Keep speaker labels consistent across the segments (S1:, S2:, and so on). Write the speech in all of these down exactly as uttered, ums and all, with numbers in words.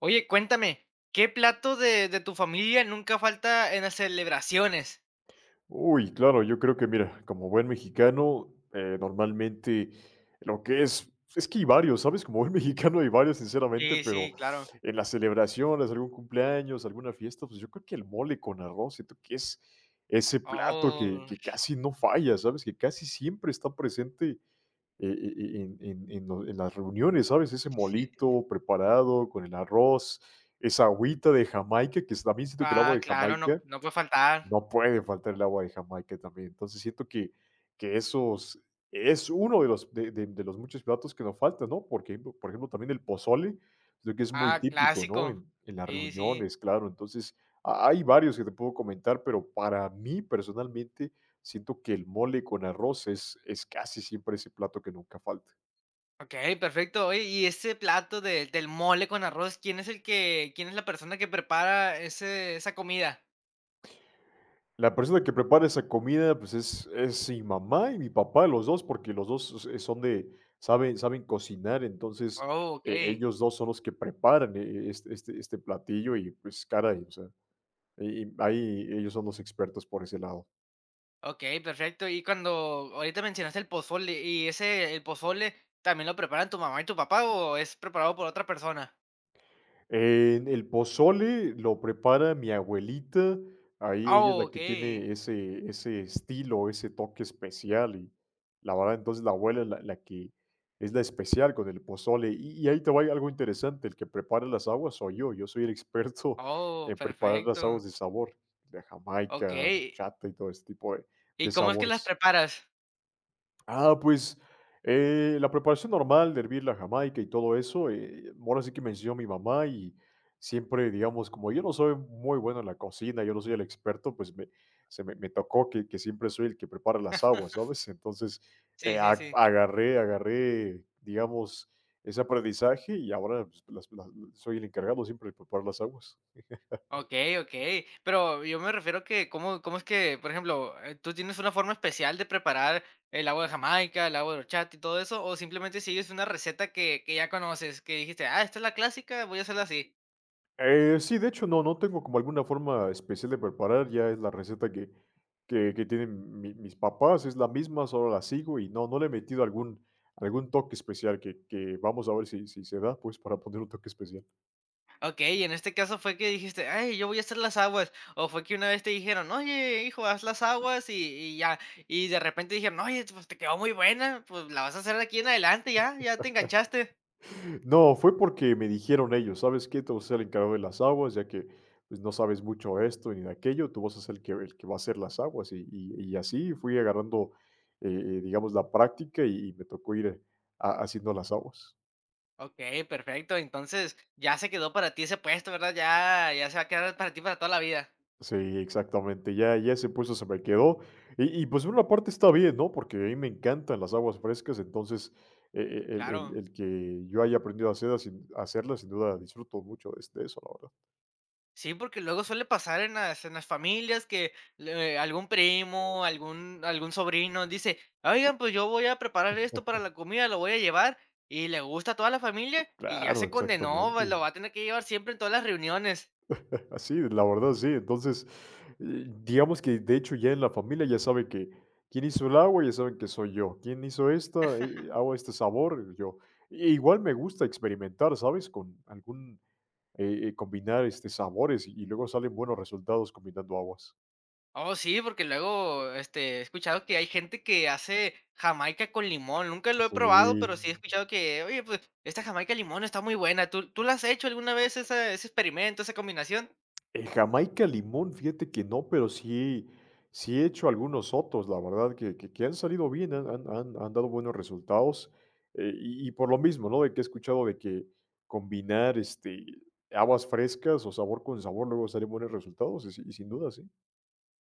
S1: Oye, cuéntame, ¿qué plato de, de tu familia nunca falta en las celebraciones?
S2: Uy, claro, yo creo que mira, como buen mexicano, eh, normalmente lo que es es que hay varios, ¿sabes? Como buen mexicano hay varios, sinceramente,
S1: Sí,
S2: pero
S1: sí, claro.
S2: en las celebraciones, algún cumpleaños, alguna fiesta, pues yo creo que el mole con arroz, siento que es ese plato que
S1: Oh,
S2: que casi no falla, ¿sabes? Que casi siempre está presente, eh, eh, eh, en en en lo en las reuniones, ¿sabes? Ese
S1: sí.
S2: molito preparado con el arroz, esa agüita de Jamaica, que es también siento que el agua
S1: Ah,
S2: de
S1: claro, no,
S2: Jamaica
S1: no puede faltar.
S2: no puede faltar el agua de Jamaica también. Entonces siento que que esos es uno de los de de de los muchos platos que nos falta, ¿no? Porque, por ejemplo, también el pozole, creo que es muy
S1: Ah,
S2: típico, ¿no?
S1: clásico.
S2: En en las
S1: Sí, sí.
S2: reuniones, claro. Entonces, ha hay varios que te puedo comentar, pero para mí, personalmente, siento que el mole con arroz es es casi siempre ese plato que nunca falta.
S1: Ok, perfecto. Oye, y ese plato de- del mole con arroz, ¿quién es el que, quién es la persona que prepara ese, esa comida?
S2: La persona que prepara esa comida, pues, es es mi mamá y mi papá, los dos, porque los dos s eh, son de saben saben cocinar, entonces,
S1: Oh, ok.
S2: e ellos dos son los que preparan eh, e este este este platillo y, pues, caray, o sea, y y ahí ellos son los expertos por ese lado.
S1: Ok, perfecto. Y cuando ahorita mencionaste el pozole, ¿y ese, el pozole, también lo preparan tu mamá y tu papá o es preparado por otra persona?
S2: Eh, el pozole lo prepara mi abuelita, ahí ella es
S1: Ah,
S2: la que
S1: okey.
S2: tiene ese ese estilo, ese toque especial y la verdad, entonces, la abuela es la la que es la especial con el pozole. Y y ahí te va algo interesante, el que prepara las aguas soy yo, yo soy el experto
S1: Oh,
S2: en preparar las
S1: perfecto.
S2: aguas de sabor, de Jamaica,
S1: Okey,
S2: chata y todo ese tipo de
S1: ¿y
S2: de
S1: cómo es que las
S2: sabores.
S1: preparas?
S2: Ah, pues, eh, la preparación normal de hervir la jamaica y todo eso, eh, ahora sí que me enseñó mi mamá y siempre, digamos, como yo no soy muy bueno en la cocina, yo no soy el experto, pues me, se me, me tocó que, que siempre soy el que prepara las aguas, ¿sabes? Entonces,
S1: Sí,
S2: eh,
S1: sí,
S2: a-
S1: sí.
S2: agarré, agarré, digamos, ese aprendizaje y ahora pues, las- las- soy el encargado siempre de preparar las aguas.
S1: Okey, okey. Pero yo me refiero que, ¿cómo cómo es que, por ejemplo, eh, tú tienes una forma especial de preparar el agua de Jamaica, el agua de horchata y todo eso, o simplemente sigues una receta que que ya conoces, que dijiste: "Ah, esta es la clásica, voy a hacerla así"?
S2: Eh, sí, de hecho, no, no tengo como alguna forma especial de preparar, ya es la receta que, que, que tienen mi- mis papás, es la misma, solo la sigo y no, no le he metido algún, algún toque especial que, que vamos a ver si, si se da, pues para poner un toque especial.
S1: Okey, y en este caso fue que dijiste: "Ay, yo voy a hacer las aguas", ¿o fue que una vez te dijeron: "Oye, hijo, haz las aguas", y y ya, y de repente dijeron: "No, Oye, pues, te quedó muy buena, pues, la vas a hacer de aquí en adelante, ya ya te enganchaste"?
S2: No, fue porque me dijeron ellos, ¿sabes qué? Tú vas a ser el encargado de las aguas, ya que pues, no sabes mucho de esto ni de aquello, tú vas a ser el que, el que va a hacer las aguas y, y, y así fui agarrando, eh, eh, digamos, la práctica y, y me tocó ir eh, a- haciendo las aguas.
S1: Okey, perfecto, entonces, ya se quedó para ti ese puesto, ¿verdad? Ya ya se va a quedar para ti para toda la vida.
S2: Sí, exactamente, ya ya ese puesto se me quedó. Y y, pues, por una parte está bien, ¿no? Porque a mí me encantan las aguas frescas, entonces, e e el el
S1: Claro.
S2: el que yo haya aprendido a hacerlas sin hacerlas, sin duda disfruto mucho es de eso, la verdad.
S1: Sí, porque luego suele pasar en las en las familias que le algún primo, algún algún sobrino dice: "Oigan, pues yo voy a preparar esto para la comida, lo voy a llevar", y le gusta a toda la familia y ya
S2: Claro,
S1: se condenó,
S2: exactamente.
S1: pues lo va a tener que llevar siempre en todas las reuniones.
S2: Así, la verdad sí. Entonces, eh, digamos que, de hecho, ya en la familia ya sabe que quién hizo el agua, ya saben que soy yo. Quién hizo esta, eh, agua este sabor, yo. E Igual me gusta experimentar, ¿sabes? Con algún eh, eh, combinar, este, sabores y y luego salen buenos resultados combinando aguas.
S1: Oh, sí, porque luego, este, he escuchado que hay gente que hace jamaica con limón. Nunca lo he probado, pero
S2: Sí,
S1: sí he escuchado que: "Oye, pues esta jamaica limón está muy buena". ¿tú tú la has hecho alguna vez esa ese experimento, esa combinación?
S2: eh, jamaica, limón, fíjate que no, pero sí sí he hecho algunos otros la verdad que que que han salido bien, han han han han dado buenos resultados, eh, y y por lo mismo, ¿no?, de que he escuchado de que combinar, este, habas frescas o sabor con sabor luego salen buenos resultados y si y sin duda, sí.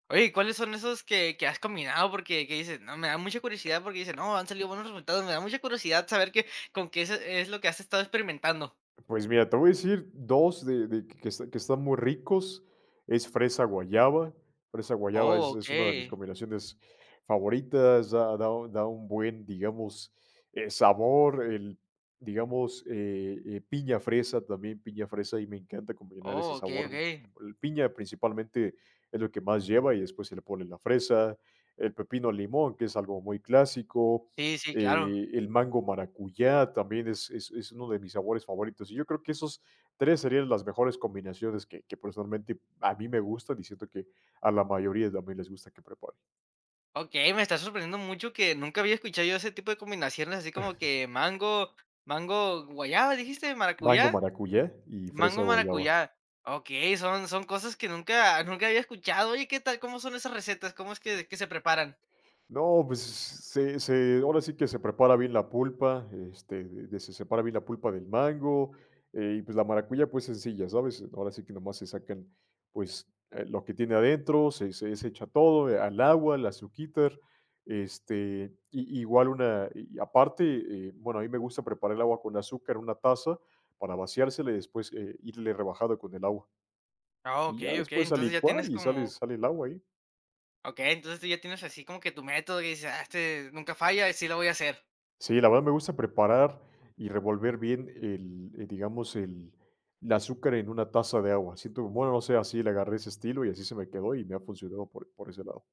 S1: Oye, ¿y cuáles son esos que que has combinado? Porque que dices: "No, me da mucha curiosidad", porque dices: "No, han salido buenos resultados, me da mucha curiosidad saber qué con qué es es lo que has estado experimentando".
S2: Pues mira, te voy a decir dos de de que que está que están muy ricos, es fresa guayaba. Fresa guayaba
S1: Oh,
S2: es es una de mis
S1: okey.
S2: combinaciones favoritas, da da u da un buen, digamos, eh, sabor, el, digamos, eh eh, piña fresa, también piña fresa, y me encanta combinar
S1: Oh,
S2: ese
S1: okey,
S2: sabor.
S1: okey.
S2: El piña principalmente es lo que más lleva y después se le pone la fresa, el pepino limón, que es algo muy clásico,
S1: Sí, sí, claro.
S2: eh, el mango maracuyá también es es es uno de mis sabores favoritos. Y yo creo que esos tres serían las mejores combinaciones que que personalmente a mí me gustan y siento que a la mayoría también les gusta que prepare.
S1: Okey, me está sorprendiendo mucho que nunca había escuchado yo ese tipo de combinaciones, así como que mango mango guayaba, ¿dijiste?
S2: Mango
S1: ¿Maracuyá?
S2: maracuyá y fresa
S1: Mango
S2: guayaba.
S1: maracuyá. Okey, son son cosas que nunca nunca había escuchado. Oye, ¿qué tal? ¿Cómo son esas recetas? ¿Cómo es que que se preparan?
S2: No, pues se se ahora sí que se prepara bien la pulpa, este, de de se separa bien la pulpa del mango, eh, y pues la maracuyá, pues sencilla, ¿sabes? Ahora sí que nomás se sacan, pues, eh, lo que tiene adentro, se se se echa todo, eh, al agua, al azuquitar, este, y igual una y aparte, eh, bueno, a mí me gusta preparar el agua con azúcar en una taza para vaciársela y después, eh, irle rebajado con el agua.
S1: Ah,
S2: Y ya
S1: okey, okey.
S2: después a
S1: Entonces ya tienes
S2: licuar y sale
S1: como
S2: sale el agua ahí.
S1: okey, entonces tú ya tienes así como que tu método que dices: "Ah, este nunca falla, y sí lo voy a hacer".
S2: Sí, la verdad me gusta preparar y revolver bien el, eh, digamos, el, el azúcar en una taza de agua. Siento, bueno, no sé, así le agarré ese estilo y así se me quedó y me ha funcionado por, por ese lado.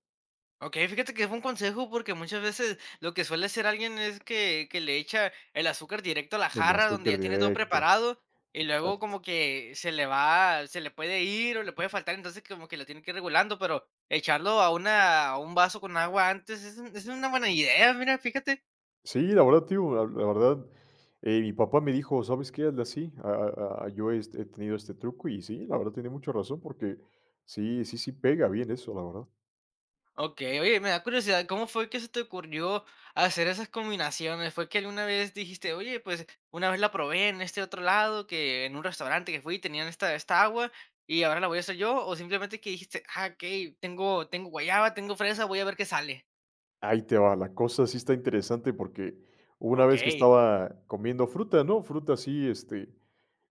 S1: Okey, fíjate que es un consejo porque muchas veces lo que suele hacer alguien es que que le echa el azúcar directo a la
S2: El
S1: jarra donde ya
S2: azúcar
S1: tiene todo
S2: directo,
S1: preparado y luego
S2: exacto.
S1: como que se le va, se le puede ir o le puede faltar, entonces como que lo tiene que ir regulando, pero echarlo a una a un vaso con agua antes es un- es una buena idea, mira, fíjate.
S2: Sí, la verdad, tío, la, la verdad, eh, mi papá me dijo, ¿sabes qué? Hazle así. A- a- a- yo he, este, he tenido este truco y sí, la verdad tiene mucha razón porque sí, sí, sí pega bien eso, la verdad.
S1: Okey. Oye, me da curiosidad, ¿cómo fue que se te ocurrió hacer esas combinaciones? ¿Fue que alguna vez dijiste: "Oye, pues, una vez la probé en este otro lado, que en un restaurante que fui tenían esta esta agua, y ahora la voy a hacer yo"? O simplemente que dijiste: "Ah, okey, tengo tengo guayaba, tengo fresa, voy a ver qué sale".
S2: Ahí te va, la cosa sí está interesante porque una vez que
S1: Okey.
S2: estaba comiendo fruta, ¿no? Fruta así, este,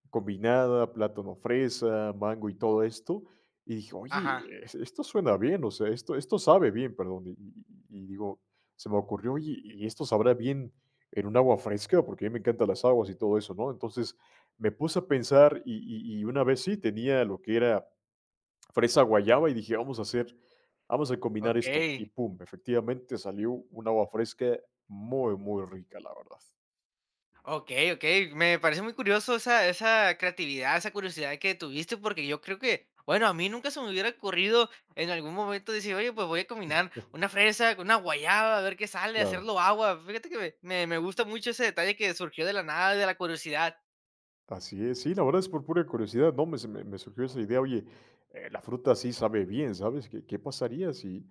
S2: combinada, plátano fresa, mango y todo esto. Y dije:
S1: Ajá.
S2: "Oye, es esto suena bien, o sea, esto esto sabe bien", perdón. Y y y digo, se me ocurrió: "Oye, ¿y esto sabrá bien en un agua fresca?", porque a mí me encantan las aguas y todo eso, ¿no? Entonces, me puse a pensar y y y una vez sí tenía lo que era fresa guayaba y dije: "Vamos a hacer vamos a combinar esto", y
S1: Okey.
S2: pum, efectivamente salió un agua fresca muy, muy rica, la verdad.
S1: Okey, okey, me parece muy curioso esa esa creatividad, esa curiosidad que tuviste, porque yo creo que, bueno, a mí nunca se me hubiera ocurrido en algún momento decir: "Oye, pues voy a combinar una fresa con una guayaba, a ver qué sale,
S2: Claro.
S1: hacerlo agua". Fíjate que me me me gusta mucho ese detalle que surgió de la nada, de la curiosidad.
S2: Así es, sí, la verdad es por pura curiosidad, ¿no? Me, se- me- me surgió esa idea, oye, eh, la fruta sí sabe bien, ¿sabes? ¿Qué, qué pasaría si,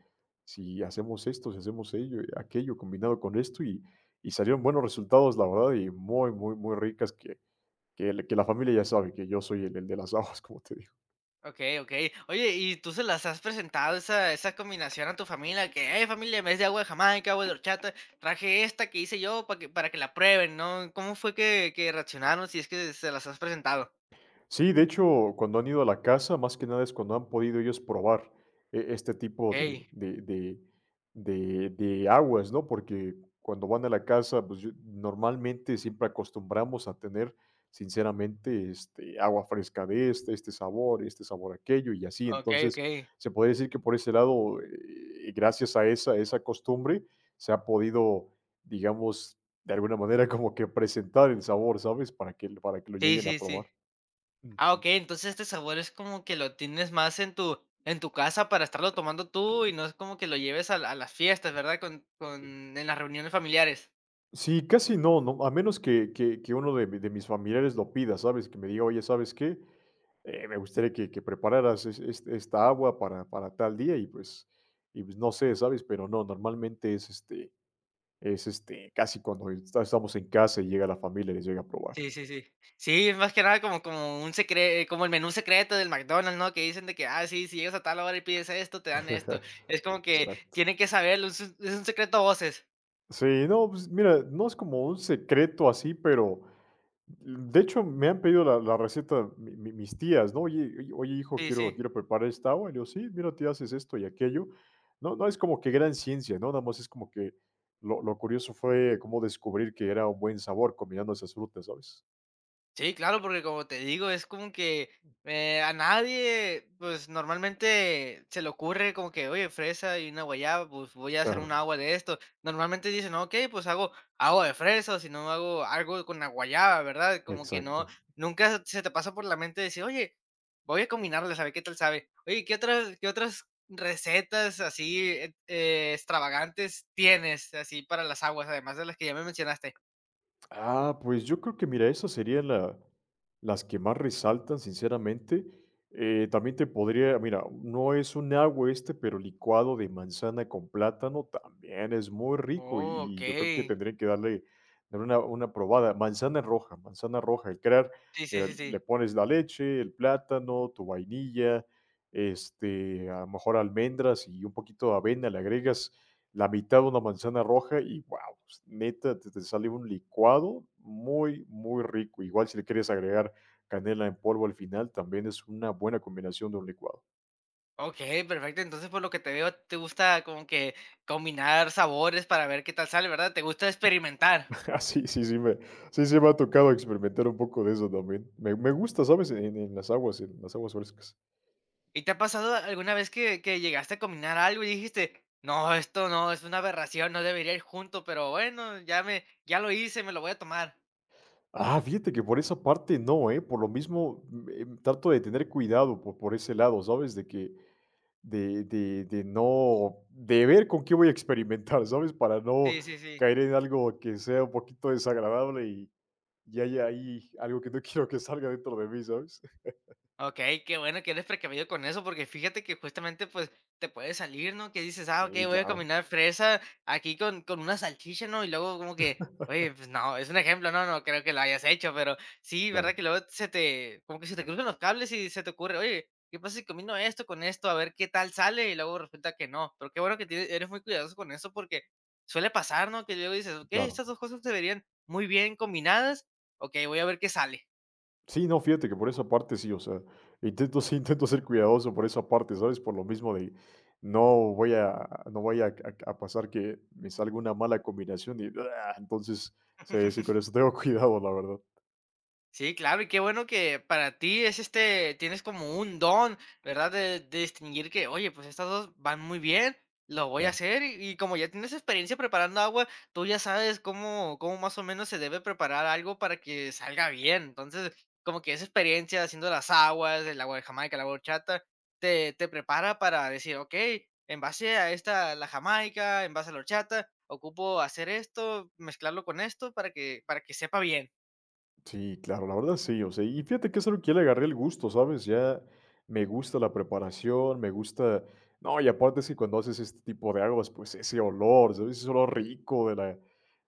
S2: si hacemos esto, si hacemos ello, aquello combinado con esto? Y, y salieron buenos resultados, la verdad, y muy, muy, muy ricas que, que, la que la familia ya sabe que yo soy el, el de las aguas, como te digo.
S1: Okey, okey. Oye, ¿y tú se las has presentado esa esa combinación a tu familia? Que: "Hey, familia, en vez de agua de Jamaica, agua de horchata, traje esta que hice yo para que para que la prueben", ¿no? ¿Cómo fue que que reaccionaron, si es que se las has presentado?
S2: Sí, de hecho, cuando han ido a la casa, más que nada es cuando han podido ellos probar e- este tipo de,
S1: Hey.
S2: de, de, de- de aguas, ¿no? Porque cuando van a la casa, pues yo- normalmente siempre acostumbramos a tener, sinceramente, este, agua fresca de este, este sabor, este sabor aquello y así.
S1: Okey,
S2: Entonces,
S1: okey.
S2: se podría decir que por ese lado, eh, gracias a esa, esa costumbre, se ha podido, digamos, de alguna manera como que presentar el sabor, ¿sabes? Para que, para que lo
S1: Sí,
S2: lleguen a
S1: sí, sí.
S2: probar.
S1: Ah,
S2: Ujú.
S1: okey, entonces este sabor es como que lo tienes más en tu en tu casa para estarlo tomando tú y no es como que lo lleves a a las fiestas, ¿verdad? Con con en las reuniones familiares.
S2: Sí, casi no, no, a menos que que que uno de mi de mis familiares lo pida, ¿sabes? Que me diga: "Oye, ¿sabes qué? Eh, me gustaría que que prepararas es es esta agua para para tal día", y pues y pues no sé, ¿sabes? Pero no, normalmente es, este es, este, casi cuando está estamos en casa y llega la familia y les llega a probar.
S1: Sí, sí, sí. Sí, es más que nada como como un secreto, como el menú secreto del McDonald's, ¿no? Que dicen de que, ah, sí, si llegas a tal hora y pides esto, te dan esto. Es como que
S2: Exacto.
S1: tienen que saberlo, es un es un secreto a voces.
S2: Sí, no, pues mira, no es como un secreto así, pero de hecho, me han pedido la la receta mi mi mis tías, ¿no? Oye oye oye, hijo,
S1: Sí,
S2: quiero
S1: sí.
S2: quiero preparar esta agua. Y le digo: "Sí, mira, tía, haces esto y aquello". No, no es como que gran ciencia, ¿no? Nada más es como que lo lo curioso fue cómo descubrir que era un buen sabor combinando esas frutas, ¿sabes?
S1: Sí, claro, porque como te digo, es como que eh, a nadie, pues normalmente se le ocurre como que, oye, fresa y una guayaba, pues voy a hacer
S2: Claro,
S1: un agua de esto. Normalmente dicen, "No, ok, pues hago agua de fresa, o si no hago algo con la guayaba, ¿verdad?" Como que no,
S2: exacto.
S1: nunca se te pasa por la mente decir, oye, voy a combinarles, a ver qué tal sabe. Oye, ¿qué otras, qué otras recetas así eh, eh, extravagantes tienes así para las aguas, además de las que ya me mencionaste?
S2: Ah, pues yo creo que mira, esas serían la las que más resaltan, sinceramente. Eh, también te podría, mira, no es un agua este, pero licuado de manzana con plátano también es muy rico y,
S1: Oh, ok.
S2: y yo creo que tendría que darle, darle una, una probada. Manzana roja, manzana roja, y crear,
S1: Sí, sí,
S2: mira,
S1: sí,
S2: le
S1: sí.
S2: pones la leche, el plátano, tu vainilla, este, a lo mejor almendras y un poquito de avena, le agregas la mitad de una manzana roja y wow, neta, te, te sale un licuado muy, muy rico. Igual si le quieres agregar canela en polvo al final, también es una buena combinación de un licuado.
S1: Okey, perfecto. Entonces, por lo que te veo, te gusta como que combinar sabores para ver qué tal sale, ¿verdad? Te gusta experimentar.
S2: Así, sí, sí, sí me, sí, sí me ha tocado experimentar un poco de eso también. Me, me gusta, ¿sabes? En, en las aguas, en las aguas frescas.
S1: ¿Y te ha pasado alguna vez que que llegaste a combinar algo y dijiste: "No, esto no, es una aberración, no debería ir junto, pero bueno, ya me ya lo hice, me lo voy a tomar"?
S2: Ah, fíjate que por esa parte no, ¿eh? Por lo mismo, mm, eh, trato de tener cuidado por, por ese lado, ¿sabes? De que De de de no de ver con qué voy a experimentar, ¿sabes? Para no
S1: Sí, sí, sí.
S2: caer en algo que sea un poquito desagradable y y haya ahí algo que no quiero que salga dentro de mí, ¿sabes?
S1: Okey, qué bueno que eres precavido con eso, porque fíjate que justamente, pues, te puede salir, ¿no? Que dices: "Ah, okey,
S2: Sí,
S1: voy a
S2: claro,
S1: combinar fresa aquí con con una salchicha", ¿no? Y luego como que, oye, pues no, es un ejemplo, no no creo que lo hayas hecho, pero sí, ¿verdad?
S2: claro,
S1: Que luego se te como que se te cruzan los cables y se te ocurre: "Oye, ¿qué pasa si combino esto con esto? A ver qué tal sale", y luego resulta que no. Pero qué bueno que tie eres muy cuidadoso con eso porque suele pasar, ¿no? Que luego dices: "Okey,
S2: claro.
S1: estas dos cosas se verían muy bien combinadas. Okey, voy a ver qué sale".
S2: Sí, no, fíjate que por esa parte sí, o sea, intento sí, intento ser cuidadoso por esa parte, ¿sabes? Por lo mismo de no voy a no vaya a a pasar que me salga una mala combinación y ah, entonces, sí, sí, con eso tengo cuidado, la verdad.
S1: Sí, claro, y qué bueno que para ti es este, tienes como un don, ¿verdad? De, de distinguir que, oye, pues estas dos van muy bien, lo voy a
S2: Claro.
S1: hacer. Y y como ya tienes experiencia preparando agua, tú ya sabes cómo, cómo más o menos se debe preparar algo para que salga bien. Entonces, como que esa experiencia haciendo las aguas, el agua de Jamaica, el agua de horchata, te, te prepara para decir, ok, en base a esta, la Jamaica, en base a la horchata, ocupo hacer esto, mezclarlo con esto para que, para que sepa bien.
S2: Sí, claro, la verdad sí, o sea, y fíjate que es algo que ya le agarré el gusto, ¿sabes? Ya me gusta la preparación, me gusta, no, y aparte es que cuando haces este tipo de aguas, pues ese olor, ¿sabes? Ese olor rico de la,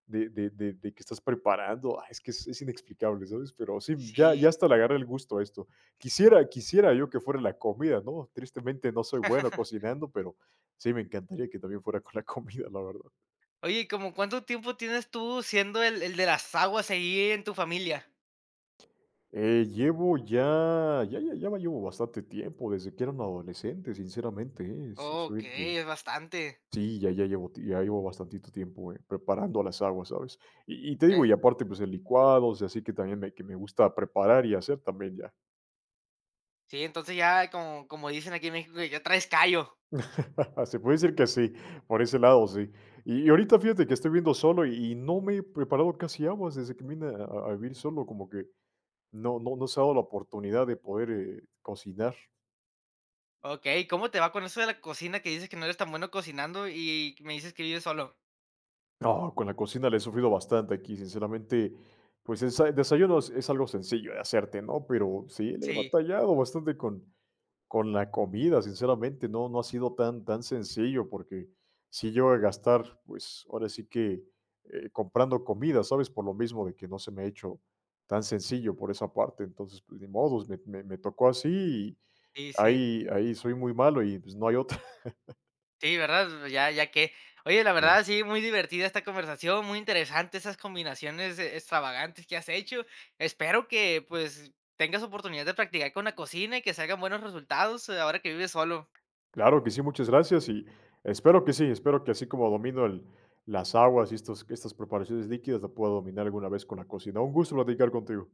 S2: de, de, de, de que estás preparando, ah, es que es, es inexplicable, ¿sabes? Pero sí, ya, ya
S1: Sí,
S2: hasta le agarré el gusto a esto. Quisiera, quisiera yo que fuera la comida, ¿no? Tristemente no soy bueno cocinando, pero sí me encantaría que también fuera con la comida, la verdad.
S1: oye, ¿como cuánto tiempo tienes tú siendo el el de las aguas ahí en tu familia?
S2: Eh, llevo ya ya ya ya me llevo bastante tiempo, desde que era un adolescente, sinceramente, ¿eh? S Soy el que
S1: Okey, es bastante.
S2: sí, ya ya llevo ti ya llevo bastantito tiempo, eh, preparando las aguas, ¿sabes? Y y te digo, y
S1: Eh,
S2: aparte, pues, en licuados, y así que también me que me gusta preparar y hacer también ya.
S1: sí, entonces ya como como dicen aquí en México, que ya traes callo.
S2: Se puede decir que sí, por ese lado, sí. Y y ahorita fíjate que estoy viendo solo y y no me he preparado casi aguas desde que vine a a a vivir solo, como que no no no se ha dado la oportunidad de poder, eh, cocinar.
S1: Okey, ¿cómo te va con eso de la cocina que dices que no eres tan bueno cocinando y me dices que vives solo?
S2: No, con la cocina le he sufrido bastante aquí, sinceramente, pues, el sa desayuno es es algo sencillo de hacerte, ¿no? Pero sí, le he
S1: Sí,
S2: batallado bastante con con la comida, sinceramente, no, no ha sido tan tan sencillo, porque sí llego a gastar, pues, ahora sí que, eh, comprando comida, ¿sabes? Por lo mismo de que no se me ha hecho tan sencillo por esa parte. Entonces, pues, ni modos, me me me tocó así y
S1: sí, sí.
S2: ahí ahí soy muy malo y, pues, no hay otra.
S1: Sí, ¿verdad? Ya, ya que. Oye, la verdad, sí, muy divertida esta conversación, muy interesante esas combinaciones eh, extravagantes que has hecho. Espero que pues tengas oportunidad de practicar con la cocina y que salgan buenos resultados eh, ahora que vives solo.
S2: Claro que sí, muchas gracias y espero que sí, espero que así como domino el, las aguas y estos, estas preparaciones líquidas, la pueda dominar alguna vez con la cocina. Un gusto platicar contigo.